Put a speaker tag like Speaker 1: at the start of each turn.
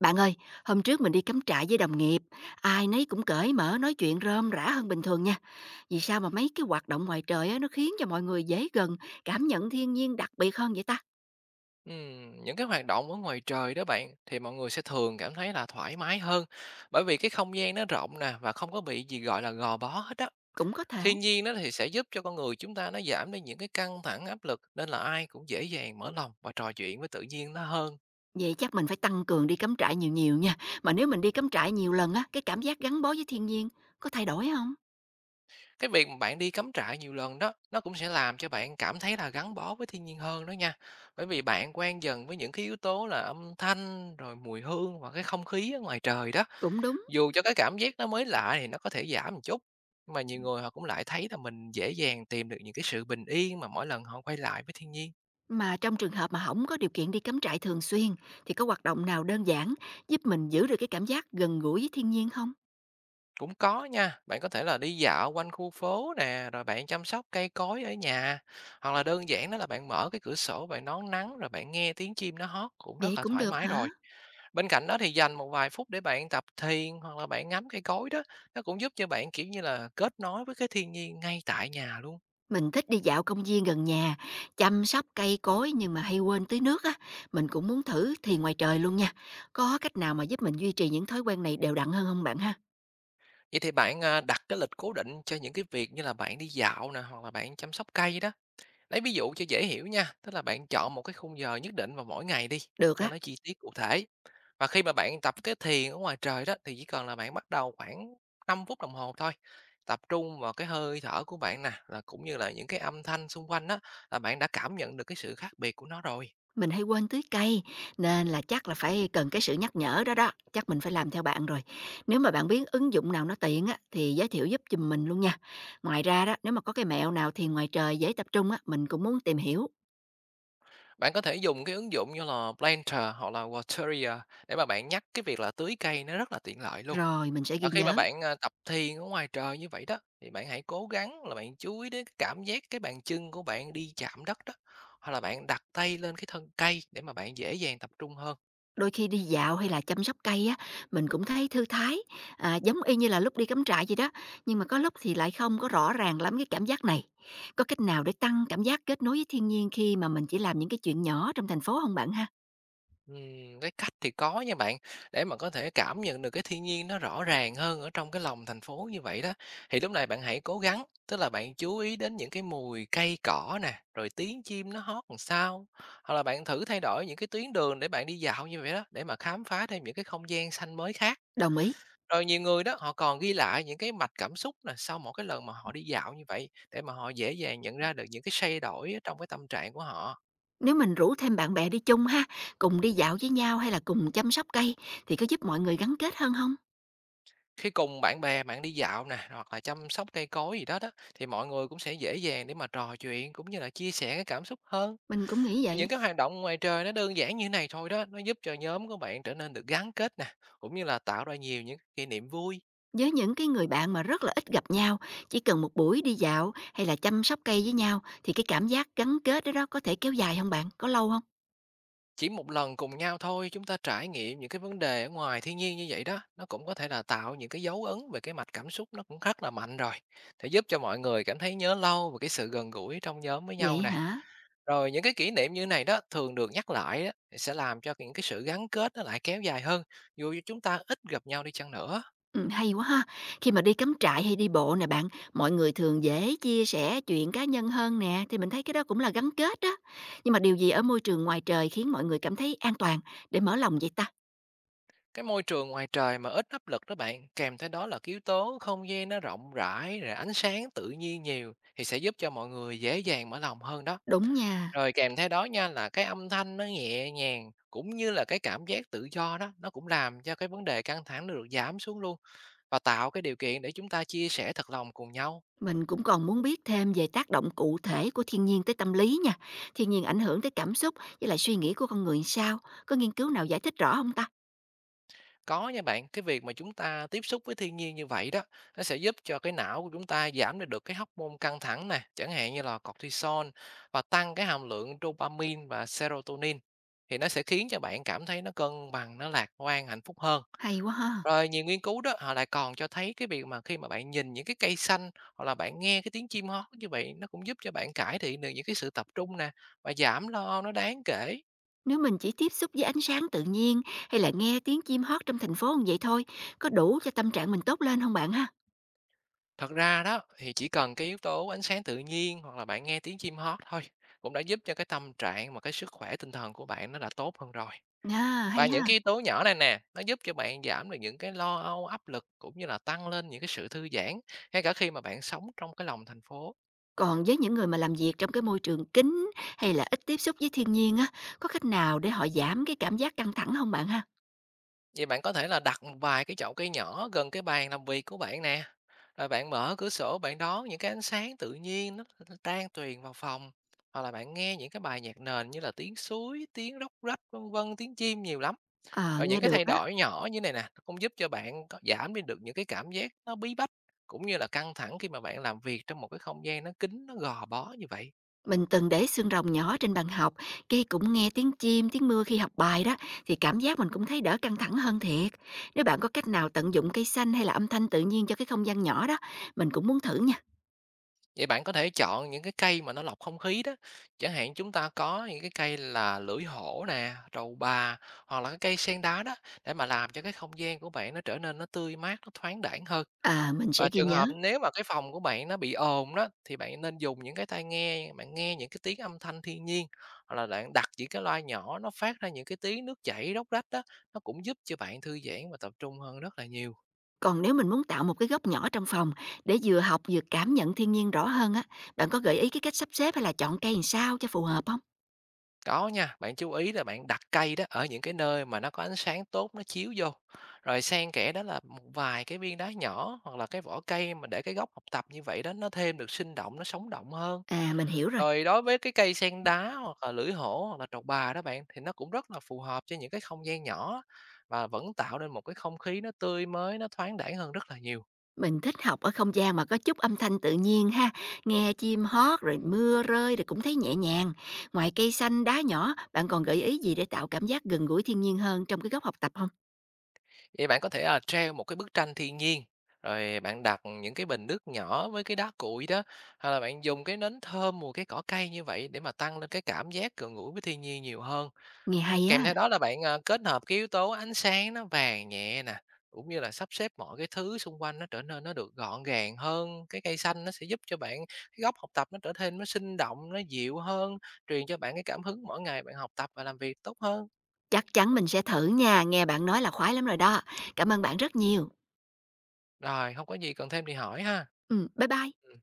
Speaker 1: Bạn ơi, hôm trước mình đi cắm trại với đồng nghiệp, ai nấy cũng cởi mở nói chuyện rôm rã hơn bình thường nha. Vì sao mà mấy cái hoạt động ngoài trời á, nó khiến cho mọi người dễ gần, cảm nhận thiên nhiên đặc biệt hơn vậy ta?
Speaker 2: Những cái hoạt động ở ngoài trời đó bạn thì mọi người sẽ thường cảm thấy là thoải mái hơn bởi vì cái không gian nó rộng nè và không có bị gì gọi là gò bó hết á.
Speaker 1: Cũng có thể.
Speaker 2: Thiên nhiên nó thì sẽ giúp cho con người chúng ta nó giảm đi những cái căng thẳng áp lực, nên là ai cũng dễ dàng mở lòng và trò chuyện với tự nhiên nó hơn.
Speaker 1: Vậy chắc mình phải tăng cường đi cắm trại nhiều nhiều nha. Mà nếu mình đi cắm trại nhiều lần á, cái cảm giác gắn bó với thiên nhiên có thay đổi không?
Speaker 2: Cái việc mà bạn đi cắm trại nhiều lần đó, nó cũng sẽ làm cho bạn cảm thấy là gắn bó với thiên nhiên hơn đó nha. Bởi vì bạn quen dần với những cái yếu tố là âm thanh, rồi mùi hương và cái không khí ở ngoài trời đó.
Speaker 1: Cũng đúng.
Speaker 2: Dù cho cái cảm giác nó mới lạ thì nó có thể giảm một chút, nhưng mà nhiều người họ cũng lại thấy là mình dễ dàng tìm được những cái sự bình yên mà mỗi lần họ quay lại với thiên nhiên.
Speaker 1: Mà trong trường hợp mà không có điều kiện đi cắm trại thường xuyên thì có hoạt động nào đơn giản giúp mình giữ được cái cảm giác gần gũi với thiên nhiên không?
Speaker 2: Cũng có nha, bạn có thể là đi dạo quanh khu phố nè, rồi bạn chăm sóc cây cối ở nhà, hoặc là đơn giản đó là bạn mở cái cửa sổ, bạn đón nắng rồi bạn nghe tiếng chim nó hót, cũng
Speaker 1: Vậy
Speaker 2: rất là
Speaker 1: cũng
Speaker 2: thoải
Speaker 1: được
Speaker 2: mái
Speaker 1: hả?
Speaker 2: rồi. Bên cạnh đó thì dành một vài phút để bạn tập thiền hoặc là bạn ngắm cây cối đó, nó cũng giúp cho bạn kiểu như là kết nối với cái thiên nhiên ngay tại nhà luôn.
Speaker 1: Mình thích đi dạo công viên gần nhà, chăm sóc cây cối nhưng mà hay quên tưới nước á. Mình cũng muốn thử thì ngoài trời luôn nha. Có cách nào mà giúp mình duy trì những thói quen này đều đặn hơn không bạn ha?
Speaker 2: Vậy thì bạn đặt cái lịch cố định cho những cái việc như là bạn đi dạo nè, hoặc là bạn chăm sóc cây đó. Lấy ví dụ cho dễ hiểu nha, tức là bạn chọn một cái khung giờ nhất định vào mỗi ngày đi,
Speaker 1: Được
Speaker 2: cho
Speaker 1: á,
Speaker 2: nó chi tiết cụ thể. Và khi mà bạn tập cái thiền ở ngoài trời đó, thì chỉ cần là bạn bắt đầu khoảng 5 phút đồng hồ thôi, tập trung vào cái hơi thở của bạn nè, là cũng như là những cái âm thanh xung quanh đó, là bạn đã cảm nhận được cái sự khác biệt của nó rồi.
Speaker 1: mình hay quên tưới cây nên là chắc là phải cần cái sự nhắc nhở đó đó. Chắc mình phải làm theo bạn rồi. Nếu mà bạn biết ứng dụng nào nó tiện á thì giới thiệu giúp giùm mình luôn nha. Ngoài ra đó, nếu mà có cái mẹo nào thì ngoài trời dễ tập trung á, mình cũng muốn tìm hiểu.
Speaker 2: Bạn có thể dùng cái ứng dụng như là Planter hoặc là Wateria để mà bạn nhắc cái việc là tưới cây, nó rất là tiện lợi luôn.
Speaker 1: Rồi mình sẽ
Speaker 2: Và
Speaker 1: ghi
Speaker 2: khi mà
Speaker 1: nhớ.
Speaker 2: bạn tập thiền ở ngoài trời như vậy đó, thì bạn hãy cố gắng là bạn chú ý đến cái cảm giác cái bàn chân của bạn đi chạm đất đó, hoặc là bạn đặt tay lên cái thân cây để mà bạn dễ dàng tập trung hơn.
Speaker 1: Đôi khi đi dạo hay là chăm sóc cây á, mình cũng thấy thư thái, giống y như là lúc đi cắm trại vậy đó, nhưng mà có lúc thì lại không có rõ ràng lắm cái cảm giác này. Có cách nào để tăng cảm giác kết nối với thiên nhiên khi mà mình chỉ làm những cái chuyện nhỏ trong thành phố không bạn ha?
Speaker 2: Cái cách thì có nha bạn, để mà có thể cảm nhận được cái thiên nhiên nó rõ ràng hơn ở trong cái lòng thành phố như vậy đó, thì lúc này bạn hãy cố gắng, tức là bạn chú ý đến những cái mùi cây cỏ nè, rồi tiếng chim nó hót làm sao, hoặc là bạn thử thay đổi những cái tuyến đường để bạn đi dạo như vậy đó, để mà khám phá thêm những cái không gian xanh mới khác.
Speaker 1: Đồng ý.
Speaker 2: Rồi nhiều người đó, họ còn ghi lại những cái mạch cảm xúc nè, sau mỗi cái lần mà họ đi dạo như vậy, để mà họ dễ dàng nhận ra được những cái thay đổi ở trong cái tâm trạng của họ.
Speaker 1: Nếu mình rủ thêm bạn bè đi chung ha, cùng đi dạo với nhau hay là cùng chăm sóc cây thì có giúp mọi người gắn kết hơn không?
Speaker 2: Khi cùng bạn bè bạn đi dạo nè, hoặc là chăm sóc cây cối gì đó đó, thì mọi người cũng sẽ dễ dàng để mà trò chuyện cũng như là chia sẻ cái cảm xúc hơn.
Speaker 1: Mình cũng nghĩ vậy.
Speaker 2: Những cái hoạt động ngoài trời nó đơn giản như này thôi đó, nó giúp cho nhóm của bạn trở nên được gắn kết nè, cũng như là tạo ra nhiều những kỷ niệm vui.
Speaker 1: Với những cái người bạn mà rất là ít gặp nhau, chỉ cần một buổi đi dạo hay là chăm sóc cây với nhau thì cái cảm giác gắn kết đó đó có thể kéo dài không bạn? Có lâu không?
Speaker 2: Chỉ một lần cùng nhau thôi, chúng ta trải nghiệm những cái vấn đề ở ngoài thiên nhiên như vậy đó, nó cũng có thể là tạo những cái dấu ấn về cái mạch cảm xúc nó cũng rất là mạnh rồi. Sẽ giúp cho mọi người cảm thấy nhớ lâu về cái sự gần gũi trong nhóm với
Speaker 1: Vậy
Speaker 2: nhau nè.
Speaker 1: hả?
Speaker 2: Rồi những cái kỷ niệm như này đó thường được nhắc lại đó, thì sẽ làm cho những cái sự gắn kết nó lại kéo dài hơn, dù chúng ta ít gặp nhau đi chăng nữa.
Speaker 1: Hay quá ha. Khi mà đi cắm trại hay đi bộ nè bạn, mọi người thường dễ chia sẻ chuyện cá nhân hơn nè, thì mình thấy cái đó cũng là gắn kết đó. Nhưng mà điều gì ở môi trường ngoài trời khiến mọi người cảm thấy an toàn để mở lòng vậy ta?
Speaker 2: Cái môi trường ngoài trời mà ít áp lực đó bạn, kèm theo đó là cái yếu tố không gian nó rộng rãi, rồi ánh sáng tự nhiên nhiều, thì sẽ giúp cho mọi người dễ dàng mở lòng hơn đó.
Speaker 1: Đúng nha.
Speaker 2: Rồi kèm theo đó nha là cái âm thanh nó nhẹ nhàng, cũng như là cái cảm giác tự do đó, nó cũng làm cho cái vấn đề căng thẳng nó được giảm xuống luôn, và tạo cái điều kiện để chúng ta chia sẻ thật lòng cùng nhau.
Speaker 1: Mình cũng còn muốn biết thêm về tác động cụ thể của thiên nhiên tới tâm lý nha. Thiên nhiên ảnh hưởng tới cảm xúc với lại suy nghĩ của con người sao? Có nghiên cứu nào giải thích rõ không ta?
Speaker 2: Có nha bạn, cái việc mà chúng ta tiếp xúc với thiên nhiên như vậy đó, nó sẽ giúp cho cái não của chúng ta giảm đi được cái hormone căng thẳng nè, chẳng hạn như là cortisol, và tăng cái hàm lượng dopamine và serotonin, thì nó sẽ khiến cho bạn cảm thấy nó cân bằng, nó lạc quan, hạnh phúc hơn.
Speaker 1: Hay quá ha.
Speaker 2: Rồi nhiều nghiên cứu đó, họ lại còn cho thấy cái việc mà khi mà bạn nhìn những cái cây xanh hoặc là bạn nghe cái tiếng chim hót như vậy, nó cũng giúp cho bạn cải thiện được những cái sự tập trung nè, và giảm lo âu nó đáng kể.
Speaker 1: Nếu mình chỉ tiếp xúc với ánh sáng tự nhiên hay là nghe tiếng chim hót trong thành phố như vậy thôi, có đủ cho tâm trạng mình tốt lên không bạn ha?
Speaker 2: Thật ra đó thì chỉ cần cái yếu tố ánh sáng tự nhiên hoặc là bạn nghe tiếng chim hót thôi, cũng đã giúp cho cái tâm trạng và cái sức khỏe tinh thần của bạn nó đã tốt hơn rồi.
Speaker 1: À,
Speaker 2: Và
Speaker 1: hay
Speaker 2: những
Speaker 1: ha.
Speaker 2: cái yếu tố nhỏ này nè, nó giúp cho bạn giảm được những cái lo âu, áp lực, cũng như là tăng lên những cái sự thư giãn ngay cả khi mà bạn sống trong cái lòng thành phố.
Speaker 1: Còn với những người mà làm việc trong cái môi trường kín hay là ít tiếp xúc với thiên nhiên á, có cách nào để họ giảm cái cảm giác căng thẳng không bạn ha?
Speaker 2: Vậy bạn có thể là đặt một vài cái chậu cây nhỏ gần cái bàn làm việc của bạn nè, rồi bạn mở cửa sổ bạn đón những cái ánh sáng tự nhiên nó tan tuyền vào phòng, hoặc là bạn nghe những cái bài nhạc nền như là tiếng suối, tiếng róc rách vân vân, tiếng chim nhiều lắm.
Speaker 1: Ờ,
Speaker 2: Rồi những
Speaker 1: nghe
Speaker 2: cái
Speaker 1: được
Speaker 2: thay
Speaker 1: á.
Speaker 2: đổi nhỏ như này nè, nó cũng giúp cho bạn có giảm đi được những cái cảm giác nó bí bách, cũng như là căng thẳng khi mà bạn làm việc trong một cái không gian nó kín, nó gò bó như vậy.
Speaker 1: Mình từng để xương rồng nhỏ trên bàn học, cây cũng nghe tiếng chim, tiếng mưa khi học bài đó, thì cảm giác mình cũng thấy đỡ căng thẳng hơn thiệt. Nếu bạn có cách nào tận dụng cây xanh hay là âm thanh tự nhiên cho cái không gian nhỏ đó, mình cũng muốn thử nha.
Speaker 2: Vậy bạn có thể chọn những cái cây mà nó lọc không khí đó. Chẳng hạn chúng ta có những cái cây là lưỡi hổ nè, trầu bà, hoặc là cái cây sen đá đó, để mà làm cho cái không gian của bạn nó trở nên nó tươi mát, nó thoáng đãng hơn.
Speaker 1: À, mình sẽ
Speaker 2: Và
Speaker 1: ghi
Speaker 2: trường
Speaker 1: nhớ.
Speaker 2: hợp nếu mà cái phòng của bạn nó bị ồn đó, thì bạn nên dùng những cái tai nghe, bạn nghe những cái tiếng âm thanh thiên nhiên, hoặc là bạn đặt những cái loa nhỏ nó phát ra những cái tiếng nước chảy róc rách đó, nó cũng giúp cho bạn thư giãn và tập trung hơn rất là nhiều.
Speaker 1: Còn nếu mình muốn tạo một cái góc nhỏ trong phòng để vừa học vừa cảm nhận thiên nhiên rõ hơn á, bạn có gợi ý cái cách sắp xếp hay là chọn cây làm sao cho phù hợp không?
Speaker 2: Có nha, bạn chú ý là bạn đặt cây đó ở những cái nơi mà nó có ánh sáng tốt nó chiếu vô. Rồi xen kẽ đó là một vài cái viên đá nhỏ hoặc là cái vỏ cây, mà để cái góc học tập như vậy đó nó thêm được sinh động, nó sống động hơn.
Speaker 1: À, mình hiểu rồi.
Speaker 2: Rồi đối với cái cây sen đá hoặc là lưỡi hổ hoặc là trầu bà đó bạn, thì nó cũng rất là phù hợp cho những cái không gian nhỏ, và vẫn tạo nên một cái không khí nó tươi mới, nó thoáng đãng hơn rất là nhiều.
Speaker 1: Mình thích học ở không gian mà có chút âm thanh tự nhiên ha, nghe chim hót rồi mưa rơi rồi cũng thấy nhẹ nhàng. Ngoài cây xanh đá nhỏ, bạn còn gợi ý gì để tạo cảm giác gần gũi thiên nhiên hơn trong cái góc học tập không?
Speaker 2: Vậy bạn có thể là treo một cái bức tranh thiên nhiên, rồi bạn đặt những cái bình nước nhỏ với cái đá cuội đó, hay là bạn dùng cái nến thơm mùi cái cỏ cây như vậy, để mà tăng lên cái cảm giác gần gũi với thiên nhiên nhiều hơn.
Speaker 1: Nghe hay
Speaker 2: Kèm theo
Speaker 1: á,
Speaker 2: đó là bạn kết hợp cái yếu tố ánh sáng nó vàng nhẹ nè, cũng như là sắp xếp mọi cái thứ xung quanh nó trở nên nó được gọn gàng hơn. Cái cây xanh nó sẽ giúp cho bạn cái góc học tập nó trở nên nó sinh động, nó dịu hơn, truyền cho bạn cái cảm hứng mỗi ngày bạn học tập và làm việc tốt hơn.
Speaker 1: chắc chắn mình sẽ thử nha, nghe bạn nói là khoái lắm rồi đó. Cảm ơn bạn rất nhiều.
Speaker 2: Rồi, không có gì cần thêm thì hỏi ha.
Speaker 1: Ừ, bye bye.
Speaker 2: Ừ.